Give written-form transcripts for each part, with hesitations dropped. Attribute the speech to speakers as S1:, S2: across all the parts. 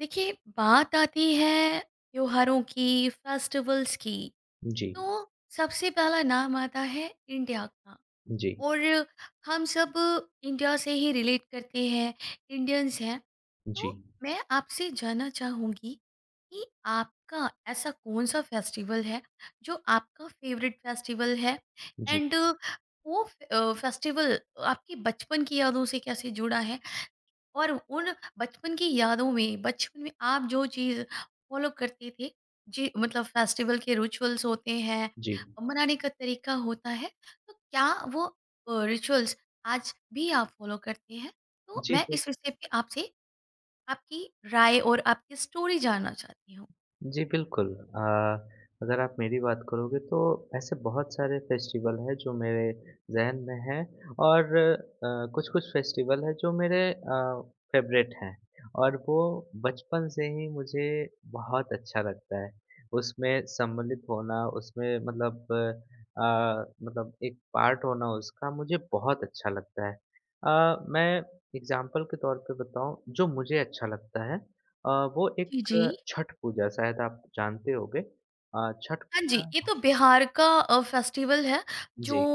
S1: देखिए, बात आती है त्योहारों की, फेस्टिवल्स की।
S2: जी,
S1: तो सबसे पहला नाम आता है इंडिया का,
S2: जी,
S1: और हम सब इंडिया से ही रिलेट करते हैं, इंडियंस हैं।
S2: जी,
S1: तो मैं आपसे जानना चाहूँगी कि आपका ऐसा कौन सा फेस्टिवल है जो आपका फेवरेट फेस्टिवल है,
S2: जी,
S1: एंड वो फेस्टिवल आपके बचपन की यादों से कैसे जुड़ा है। और उन बचपन की यादों में बचपन में आप जो चीज़ फॉलो करते थे, जी मतलब फेस्टिवल के रिचुअल्स होते हैं,
S2: जी।
S1: मनाने का तरीका होता है। तो क्या वो रिचुअल्स आज भी आप फॉलो करते हैं? तो
S2: जी,
S1: मैं
S2: ब
S1: इस विषय पे आपसे आपकी राय और आपकी स्टोरी जानना चाहती हूँ।
S2: जी, बिल्कुल। अ, अगर आप मेरी बात करोगे तो ऐसे बहुत सारे फेस्टिवल हैं जो मेरे ज़हन में हैं और कुछ-कुछ फेस्टिवल हैं जो मेरे फ़ेवरेट हैं और वो बचपन से ही मुझे बहुत अच्छा लगता है। उसमें सम्मिलित होना, उसमें मतलब एक पार्ट होना उसका मुझे बहुत अच्छा लगता है। मैं एग्ज़ाम्पल के तौर पे बताऊँ, जो मुझे अच्छा लगता है अ, वो एक
S1: जी जी।
S2: छठ पूजा शायद आप जानते होंगे। छठ
S1: हाँ जी,
S2: पूजा।
S1: ये तो बिहार का फेस्टिवल है, जो
S2: जी।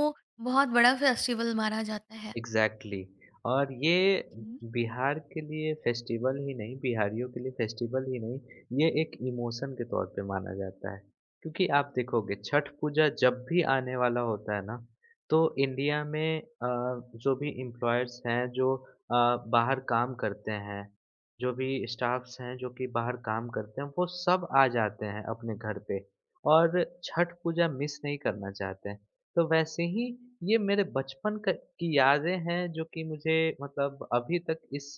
S1: बहुत बड़ा फेस्टिवल माना जाता है।
S2: एग्ज़ैक्टली। और ये
S1: जी
S2: बिहार के लिए फेस्टिवल ही नहीं, बिहारियों के लिए फेस्टिवल ही नहीं, ये एक इमोशन के तौर पे माना जाता है। क्योंकि आप देखोगे छठ पूजा जब भी आने वाला होता है ना, तो इंडिया में जो भी एम्प्लॉयर्स हैं जो बाहर काम करते हैं, जो भी स्टाफ्स हैं जो कि बाहर काम करते हैं, वो सब आ जाते हैं अपने घर पे और छठ पूजा मिस नहीं करना चाहते हैं। तो वैसे ही ये मेरे बचपन क की यादें हैं जो कि मुझे मतलब अभी तक इस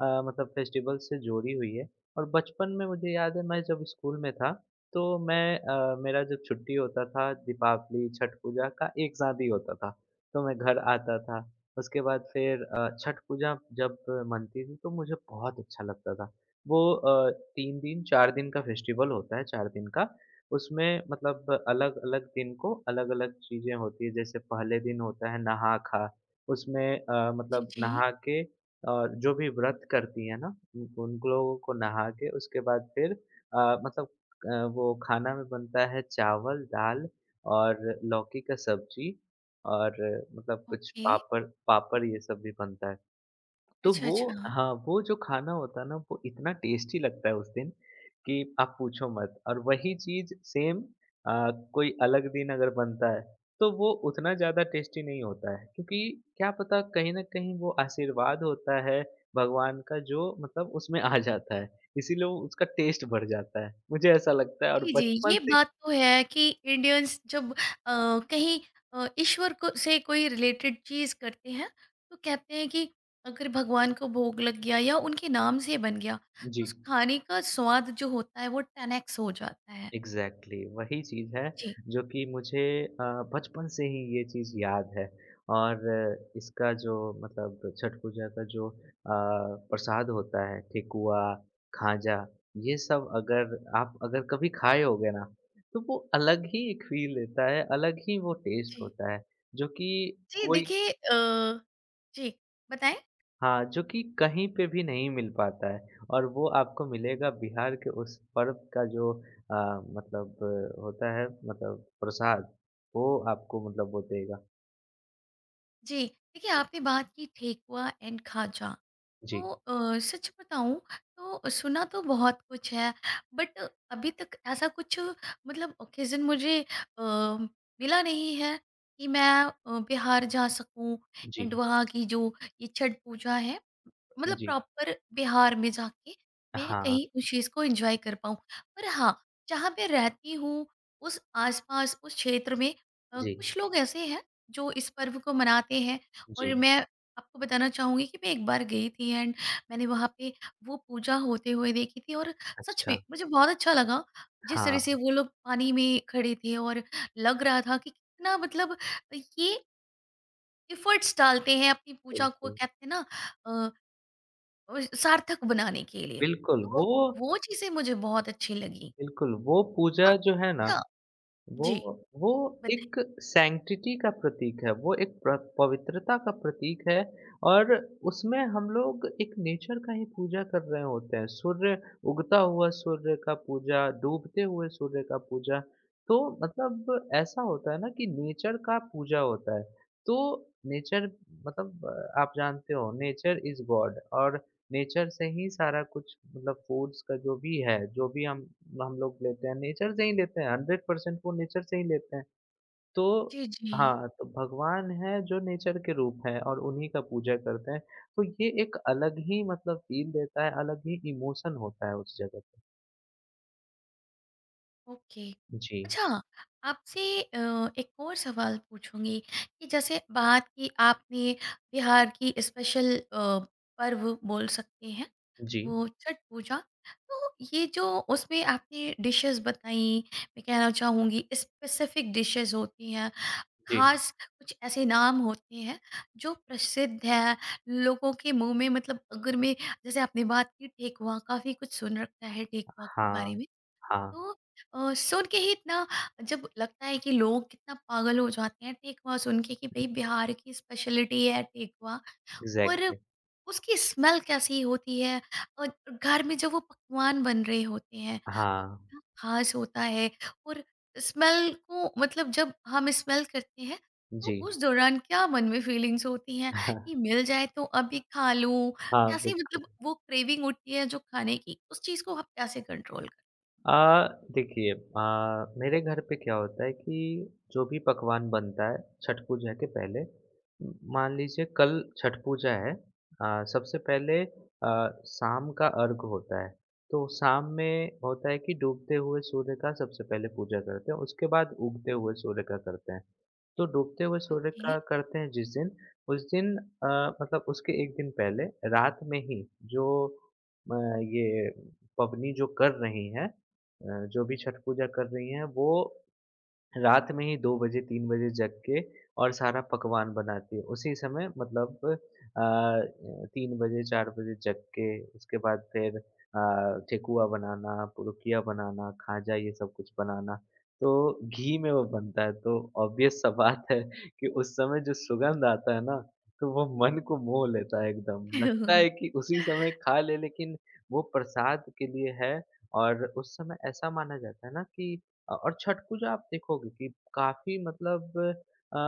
S2: मतलब फेस्टिवल से जोड़ी हुई है। और बचपन में मुझे याद है मैं जब स्कूल में था तो मेरा जब छुट्टी होता था दीपावली, छठ पूजा का एक साथ ही होता था। तो मैं घर आता था। उसके बाद फिर छठ पूजा जब मनती थी तो मुझे बहुत अच्छा लगता था। वो 3 दिन 4 दिन का फेस्टिवल होता है, 4 दिन का। उसमें मतलब अलग-अलग दिन को अलग-अलग चीज़ें होती हैं, जैसे पहले दिन होता है नहा-खा, उसमें
S1: जी।
S2: मतलब
S1: जी,
S2: नहा के और जो भी व्रत करती हैं ना, उन उन लोगों को नहा के उसके बाद फिर वो खाना में बनता है चावल, दाल और लौकी का सब्जी और मतलब कुछ
S1: ओके।
S2: पापड़ पापड़ ये सब भी बनता है। तो
S1: अच्छा
S2: वो
S1: अच्छा।
S2: हाँ, वो जो खाना होता है ना वो इतना टेस्टी लगता है उस दिन कि आप पूछो मत। और वही चीज़ सेम कोई अलग दिन अगर बनता है तो वो उतना ज़्यादा टेस्टी नहीं होता है, क्योंकि क्या पता कहीं न कहीं वो आशीर्वाद होता है भगवान का जो मतलब उसमें आ जाता है। इसीलिए वो उसका टेस्ट बढ़ जाता है। मुझे ऐसा लगता है। और
S1: जी, जी,
S2: बचपन
S1: ये
S2: से
S1: बात तो है कि इंडियंस जब कहीं ईश्वर को से कोई रिलेटेड चीज़ करते हैं, तो कहते हैं कि अगर भगवान को भोग लग गया या उनके नाम से बन गया, तो
S2: जी।
S1: उस खाने का स्वाद जो होता है वो 10 एक्स हो जाता है।
S2: एग्ज़ैक्टली वही चीज़ है
S1: जी।
S2: जो कि मुझे बचपन से ही ये चीज़ याद है। और इसका जो मतलब छठ पूजा का जो प्रसाद होता है ठेकुआ, खाजा ये सब अगर कभी खाए होगे ना तो वो अलग ही एक फ़ील देता है, अलग ही वो टेस्ट
S1: जी।
S2: होता है जो कि
S1: जी,
S2: कोई
S1: देखिए, जी, बताएँ?
S2: हाँ, जो कि कहीं पे भी नहीं मिल पाता है। और वो आपको मिलेगा बिहार के उस पर्व का जो अ, होता है मतलब प्रसाद, वो आपको मतलब वो देगा।
S1: जी, देखिए
S2: जी,
S1: आपने बात की ठेकुआ एंड खाजा।
S2: जी,
S1: तो सच बताऊं, तो सुना तो बहुत कुछ है, बट अभी तक ऐसा कुछ मतलब ओकेजन मुझे अ, मिला नहीं है कि मैं बिहार जा सकूं, एंड
S2: जी,
S1: वहाँ की जो ये छठ पूजा है, मतलब
S2: जी।
S1: प्रॉपर बिहार में जाके मैं
S2: हाँ,
S1: कहीं उस चीज़ को एंजॉय कर पाऊँ। पर हाँ, जहाँ पे रहती हूँ उस आस-पास उस क्षेत्र में
S2: जी,
S1: कुछ लोग ऐसे हैं जो इस पर्व को मनाते हैं।
S2: जी।
S1: और मैं आपको बताना चाहूँगी कि मैं एक बार गई थी, एंड मैंने वहाँ पे वो पूजा होते हुए देखी थी, और सच
S2: अच्छा,
S1: में मुझे बहुत अच्छा लगा। जिस तरह से
S2: हाँ,
S1: वो लोग पानी में खड़े थे, और लग रहा था कि कितना मतलब ये एफर्ट्स डालते हैं अपनी पूजा को,
S2: बिल्कुल।
S1: कहते हैं ना, अ, सार्थक बनाने के लिए।
S2: बिल्कुल,
S1: तो
S2: वो
S1: वो चीज़ें मुझे बहुत अच्छी लगी।
S2: बिल्कुल, वो पूजा
S1: हाँ,
S2: जो है ना,
S1: अच्छा।
S2: वो
S1: जी,
S2: वो एक
S1: बताइए?
S2: सैंक्टिटी का प्रतीक है, वो एक प्र पवित्रता का प्रतीक है। और उसमें हम लोग एक नेचर का ही पूजा कर रहे होते हैं। सूर्य उगता हुआ सूर्य का पूजा, डूबते हुए सूर्य का पूजा। तो मतलब ऐसा होता है ना कि नेचर का पूजा होता है। तो नेचर मतलब आप जानते हो नेचर इज़ गॉड। और नेचर से ही सारा कुछ मतलब फूड्स का जो भी है, जो भी हम लोग लेते हैं, नेचर से ही लेते हैं, 100% वो नेचर से ही लेते हैं। तो
S1: जी, जी।
S2: हाँ, तो भगवान है जो नेचर के रूप हैं और उन्हीं का पूजा करते हैं। तो ये एक अलग ही मतलब फ़ील देता है, अलग ही इमोशन होता है उस जगह पे।
S1: ओके।
S2: जी,
S1: अच्छा, आपसे एक और सवाल पूछूँगी कि जैसे बात की आपने बिहार की स्पेशल पर्व बोल सकते हैं,
S2: जी,
S1: वो छठ पूजा। तो ये जो उसमें आपने डिशेज़ बताई, मैं कहना चाहूँगी स्पेसिफ़िक डिशेज़ होती हैं,
S2: जी।
S1: खास कुछ ऐसे नाम होते हैं जो प्रसिद्ध है लोगों के मुंह में, मतलब अगर मैं, जैसे आपने बात की ठेकुआ, काफी कुछ सुन रखा है ठेकुआ के बारे
S2: हाँ,
S1: में।
S2: हाँ।
S1: तो सुन के ही इतना जब लगता है कि लोग कितना पागल हो जाते हैं ठेकुआ सुन के, कि भाई बिहार की स्पेशलिटी है ठेकुआ। और
S2: एग्ज़ैक्टली।
S1: उसकी स्मेल कैसी होती है, और घर में जब वो पकवान बन रहे होते हैं तो
S2: हाँ,
S1: क्या खास होता है, और स्मेल को मतलब जब हम स्मेल करते हैं, तो
S2: जी।
S1: उस दौरान क्या मन में फीलिंग्स होती हैं कि मिल जाए तो अभी खा लूं,
S2: हाँ,
S1: कैसे
S2: बिल्कुल।
S1: मतलब वो क्रेविंग उठती है जो खाने की उस चीज को आप कैसे कंट्रोल करते हो?
S2: अ, देखिए मेरे घर पे क्या होता है कि जो भी पकवान बनता है छठ पूजा के पहले मान लीजिए कल छठ पूजा है। सबसे पहले शाम का अर्घ होता है, तो शाम में होता है कि डूबते हुए सूर्य का सबसे पहले पूजा करते हैं, उसके बाद उगते हुए सूर्य का करते हैं। तो डूबते हुए सूर्य
S1: ओके।
S2: का करते हैं जिस दिन, उस दिन मतलब उसके एक दिन पहले रात में ही जो अ, ये पबनी जो कर रही है, जो भी छठ पूजा कर रही हैं वो रात में ही 2 बजे 3 बजे जग के और सारा पकवान बनाती है। उसी समय मतलब अ, 3 बजे 4 बजे जग के उसके बाद फिर ठेकुआ बनाना, पुरुकिया बनाना, खाजा ये सब कुछ बनाना। तो घी में वो बनता है, तो ऑब्वियस सा बात है कि उस समय जो सुगंध आता है ना, तो वो मन को मोह लेता है एकदम। लगता है कि उसी समय खा लें, लेकिन वो प्रसाद के लिए है। और उस समय ऐसा माना जाता है ना कि और छठ पूजा आप देखोगे कि काफ़ी मतलब अ,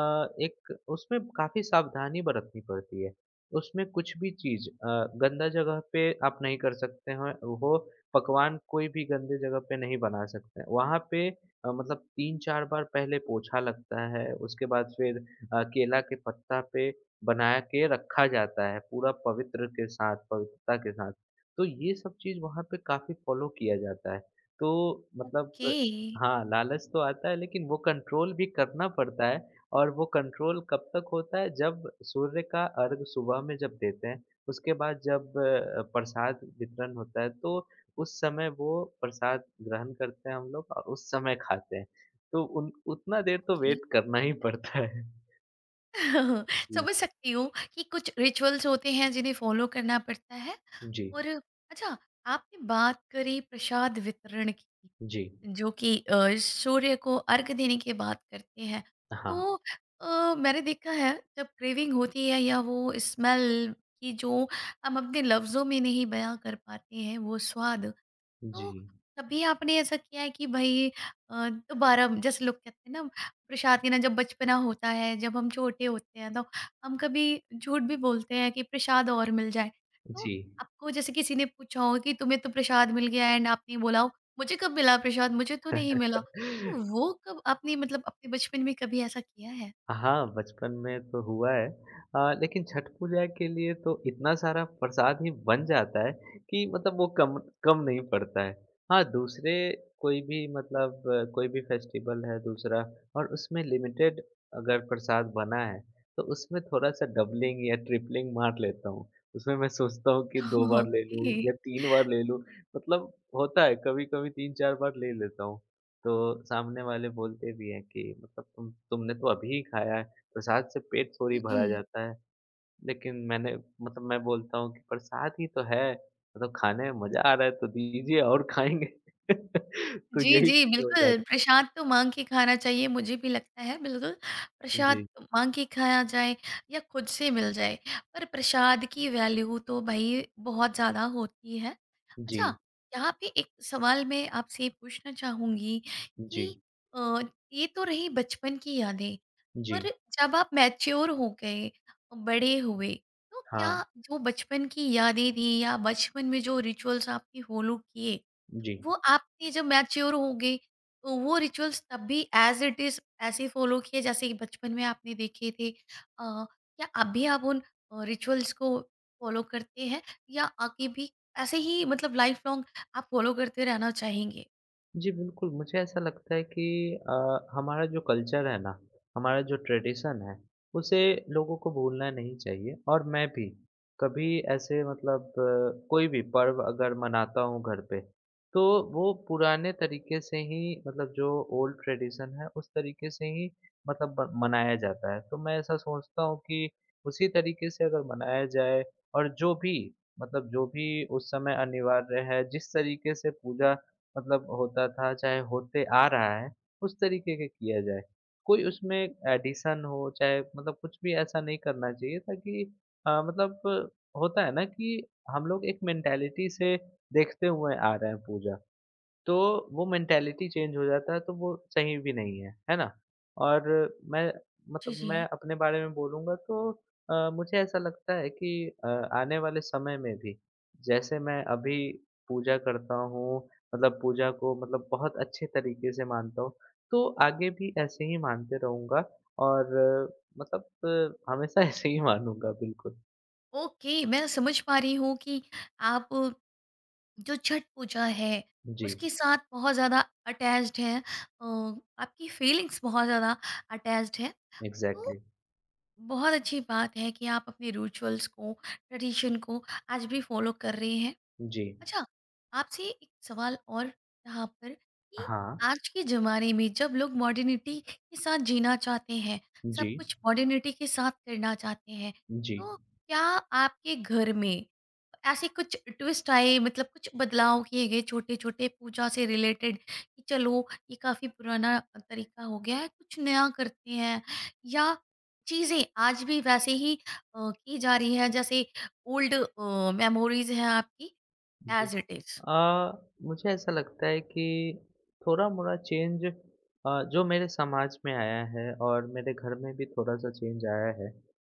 S2: एक उसमें काफ़ी सावधानी बरतनी पड़ती है। उसमें कुछ भी चीज़ गंदा जगह पे आप नहीं कर सकते हैं, वो पकवान कोई भी गंदे जगह पे नहीं बना सकते हैं। वहाँ पे मतलब 3-4 बार पहले पोछा लगता है, उसके बाद फिर केला के पत्ता पे बना के रखा जाता है, पूरा पवित्र के साथ, पवित्रता के साथ। तो ये सब चीज़ वहाँ पे काफ़ी फ़ॉलो किया जाता है। तो मतलब हाँ, लालच तो आता है लेकिन वो कंट्रोल भी करना पड़ता है। और वो कंट्रोल कब तक होता है, जब सूर्य का अर्घ सुबह में जब देते हैं, उसके बाद जब प्रसाद वितरण होता है, तो उस समय वो प्रसाद ग्रहण करते हैं हम लोग और उस समय खाते हैं। तो उन उतना देर तो
S1: ओके।
S2: वेट करना ही पड़ता है। जी,
S1: समझ सकती हूँ कि कुछ रिचुअल्स होते हैं जिन्हें फॉलो करना पड़ता है।
S2: जी,
S1: और अच्छा, आपने बात करी प्रसाद वितरण की,
S2: जी।
S1: जो कि सूर्य को अर्घ देने की बात करते हैं।
S2: हाँ,
S1: तो मैंने देखा है, जब क्रेविंग होती है या वो स्मेल की जो हम अपने लफ्ज़ों में नहीं बयां कर पाते हैं वो स्वाद,
S2: जी,
S1: तो कभी आपने ऐसा किया है कि भाई, दोबारा, जैसे लोग कहते हैं ना, प्रसाद के ना, जब बचपना होता है, जब हम छोटे होते हैं, तो हम कभी झूठ भी बोलते हैं कि प्रसाद और मिल जाए। तो
S2: जी।
S1: आपको जैसे किसी ने पूछा हो कि तुम्हें तो प्रसाद मिल गया, एंड आपने बोला हो मुझे कब मिला प्रसाद, मुझे तो नहीं मिला, तो वो कब आपने मतलब अपने बचपन में कभी ऐसा किया है?
S2: हाँ, बचपन में तो हुआ है। लेकिन छठ पूजा के लिए तो इतना सारा प्रसाद ही बन जाता है कि मतलब वो कम कम नहीं पड़ता है। हाँ, दूसरे कोई भी मतलब आ, कोई भी फेस्टिवल है दूसरा और उसमें लिमिटेड अगर प्रसाद बना है, तो उसमें थोड़ा-सा डबलिंग या ट्रिपलिंग मार लेता हूँ। उसमें मैं सोचता हूँ कि 2 हुँ। बार ले लूँ या 3 बार ले लूँ, मतलब होता है कभी-कभी 3-4 बार ले लेता हूँ। तो सामने वाले बोलते भी हैं कि मतलब तुमने तो अभी ही खाया है, प्रसाद से पेट थोड़ी
S1: ओके।
S2: भरा जाता है। लेकिन मैं बोलता हूँ कि प्रसाद ही तो है, मतलब खाने में मज़ा आ रहा है तो दीजिए और खाएँगे। तो
S1: जी,
S2: यही
S1: जी,
S2: चीज़ हो
S1: बिल्कुल,
S2: जाती
S1: प्रसाद तो माँग के खाना चाहिए, मुझे भी लगता है बिल्कुल,
S2: है।
S1: प्रसाद
S2: जी।
S1: माँग के खाया जाए या खुद से मिल जाए, पर प्रसाद की वैल्यू तो भई बहुत ज़्यादा होती है। अच्छा,
S2: जी,
S1: यहाँ पे एक सवाल मैं आपसे पूछना चाहूँगी कि
S2: जी,
S1: अ, ये तो रही बचपन की यादें,
S2: जी।
S1: पर जब आप मैच्योर हो गए, बड़े हुए, तो
S2: हाँ,
S1: क्या जो बचपन की यादें थी या बचपन में जो रिचुअल्स आपने फॉलो किए,
S2: जी।
S1: वो आपने जब मैच्योर होंगे, तो वो रिचुअल्स तब भी ऐज़ इट इज़ ऐसे फॉलो किए जैसे कि बचपन में आपने देखे थे। क्या अभी आप उन रिचुअल्स को फॉलो करते हैं या आगे भी ऐसे ही मतलब लाइफ लॉन्ग आप फॉलो करते रहना चाहेंगे?
S2: जी, बिल्कुल, मुझे ऐसा लगता है कि हमारा जो कल्चर है ना, हमारा जो ट्रेडिशन है, उसे लोगों को भूलना नहीं चाहिए। और मैं भी कभी ऐसे मतलब कोई भी पर्व अगर मनाता हूँ घर पे, तो वो पुराने तरीके से ही मतलब जो ओल्ड ट्रेडिशन है, उस तरीके से ही मतलब ब मनाया जाता है। तो मैं ऐसा सोचता हूँ कि उसी तरीके से अगर मनाया जाए और जो भी उस समय अनिवार्य है, जिस तरीके से पूजा मतलब होता था, चाहे होते आ रहा है, उस तरीके के किया जाए। कोई उसमें एडिशन हो चाहे मतलब कुछ भी ऐसा नहीं करना चाहिए ताकि मतलब होता है ना कि हम लोग एक मेंटालिटी से देखते हुए आ रहे हैं पूजा। तो वो मेंटालिटी चेंज हो जाता है तो वो सही भी नहीं है, है ना? और मैं
S1: जी,
S2: मैं
S1: जी।
S2: अपने बारे में बोलूँगा तो मुझे ऐसा लगता है कि अ, आने वाले समय में भी जैसे मैं अभी पूजा करता हूँ, मतलब पूजा को मतलब बहुत अच्छे तरीके से मानता हूँ, तो आगे भी ऐसे ही मानते रहूँगा। और मतलब हमेशा ऐसे ही मानूँगा बिल्कुल।
S1: ओके, मैं समझ पा रही हूँ कि आप जो छठ पूजा है,
S2: जी,
S1: उसके साथ बहुत ज़्यादा अटैच्ड हैं। अ, आपकी फीलिंग्स बहुत ज़्यादा अटैच्ड हैं। तो
S2: एग्ज़ैक्टली।
S1: बहुत अच्छी बात है कि आप अपने रिचुअल्स को, ट्रेडिशन को आज भी फॉलो कर रहे हैं।
S2: जी।
S1: अच्छा, आपसे एक सवाल और यहाँ पर कि
S2: हाँ।
S1: आज के ज़माने में जब लोग मॉडर्निटी के साथ जीना चाहते हैं,
S2: जी,
S1: सब कुछ मॉडर्निटी के साथ करना चाहते हैं,
S2: जी।
S1: तो क्या आपके घर में ऐसे कुछ ट्विस्ट आए, मतलब कुछ बदलाव किए गए छोटे-छोटे पूजा से रिलेटेड, कि चलो ये काफ़ी पुराना तरीका हो गया है, कुछ नया करते हैं, या चीज़ें आज भी वैसे ही की जा रही है जैसे ओल्ड मेमोरीज़ हैं आपकी?
S2: जी।
S1: As it is.
S2: अ, मुझे ऐसा लगता है कि थोड़ा-मोड़ा चेंज जो मेरे समाज में आया है और मेरे घर में भी थोड़ा-सा चेंज आया है,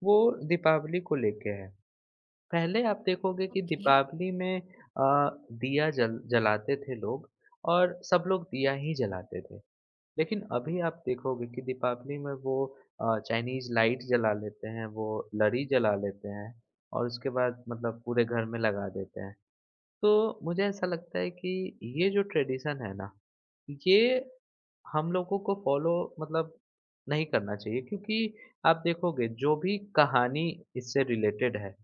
S2: वो दीपावली को लेके है। पहले आप देखोगे कि
S1: Okay.
S2: दीपावली में दिया जल जलाते थे लोग और सब लोग दिया ही जलाते थे। लेकिन अभी आप देखोगे कि दीपावली में वो चाइनीज़ लाइट जला लेते हैं, वो लरी जला लेते हैं और उसके बाद मतलब पूरे घर में लगा देते हैं। तो मुझे ऐसा लगता है कि ये जो ट्रेडिशन है ना, ये हम लोगों को फॉलो मतलब नहीं करना चाहिए, क्योंकि आप देखोगे जो भी कहानी इससे रिलेटेड है,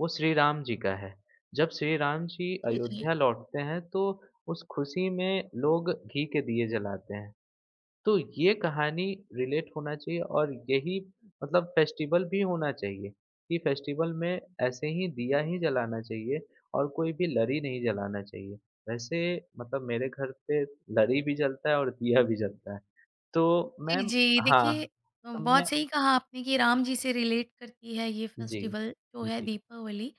S2: वो श्री राम जी का है। जब श्री राम जी
S1: Jiji.
S2: अयोध्या लौटते हैं, तो उस खुशी में लोग घी के दिए जलाते हैं। तो ये कहानी रिलेट होना चाहिए और यही मतलब फेस्टिवल भी होना चाहिए कि फेस्टिवल में ऐसे ही दिया ही जलाना चाहिए और कोई भी लरी नहीं जलाना चाहिए। वैसे मतलब मेरे घर पे लरी भी जलता है और दिया भी जलता है। तो
S1: जी,
S2: मैम।
S1: जी।
S2: हाँ,
S1: देखिए,
S2: तो
S1: बहुत
S2: मैं।
S1: सही कहा आपने कि राम जी से रिलेट करती है ये
S2: जी,
S1: फेस्टिवल जो है
S2: जी,
S1: दीपावली।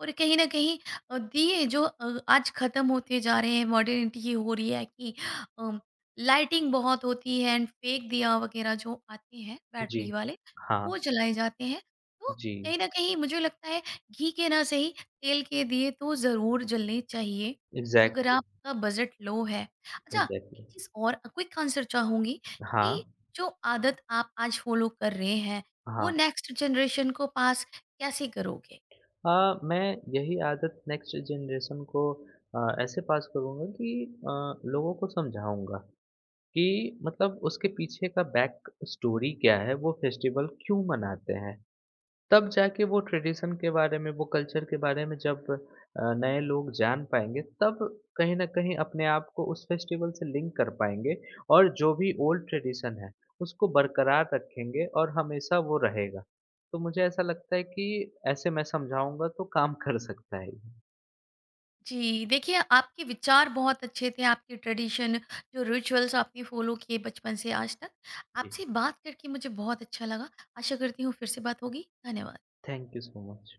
S1: और कहीं न कहीं दिए जो आज ख़त्म होते जा रहे हैं, मॉडर्निटी ये हो रही है कि अ, लाइटिंग बहुत होती है एंड फेक दिया वग़ैरह जो आते हैं बैटरी
S2: जी।
S1: वाले,
S2: हाँ,
S1: वो जलाए जाते हैं। तो
S2: जी।
S1: कहीं न कहीं मुझे लगता है, घी के ना सही तेल के दिए तो ज़रूर जलने चाहिए, अगर
S2: एग्ज़ैक्टली,
S1: आपका बजट लो है। अच्छा, एक
S2: एग्ज़ैक्टली।
S1: चीज़ और, क्विक आंसर चाहूँगी
S2: हाँ,
S1: कि जो आदत आप आज फॉलो कर रहे हैं वो
S2: हाँ।
S1: नेक्स्ट जनरेशन को पास कैसे करोगे?
S2: हाँ, मैं यही आदत नेक्स्ट जनरेशन को ऐसे पास करूँगा कि अ, लोगों को समझाऊँगा कि मतलब उसके पीछे का बैक स्टोरी क्या है, वो फेस्टिवल क्यों मनाते हैं। तब जाके वो ट्रेडिशन के बारे में, वो कल्चर के बारे में जब नए लोग जान पाएँगे, तब कहीं न कहीं अपने आप को उस फेस्टिवल से लिंक कर पाएँगे और जो भी ओल्ड ट्रेडिशन है, उसको बरकरार रखेंगे और हमेशा वो रहेगा। तो मुझे ऐसा लगता है कि ऐसे मैं समझाऊँगा तो काम कर सकता है ये।
S1: जी, देखिए आपके विचार बहुत अच्छे थे, आपके ट्रेडिशन, जो रिचुअल्स आपने फॉलो किए बचपन से आज तक।
S2: जी,
S1: आपसे बात करके मुझे बहुत अच्छा लगा। आशा करती हूँ फिर से बात होगी। धन्यवाद।
S2: Thank you so much.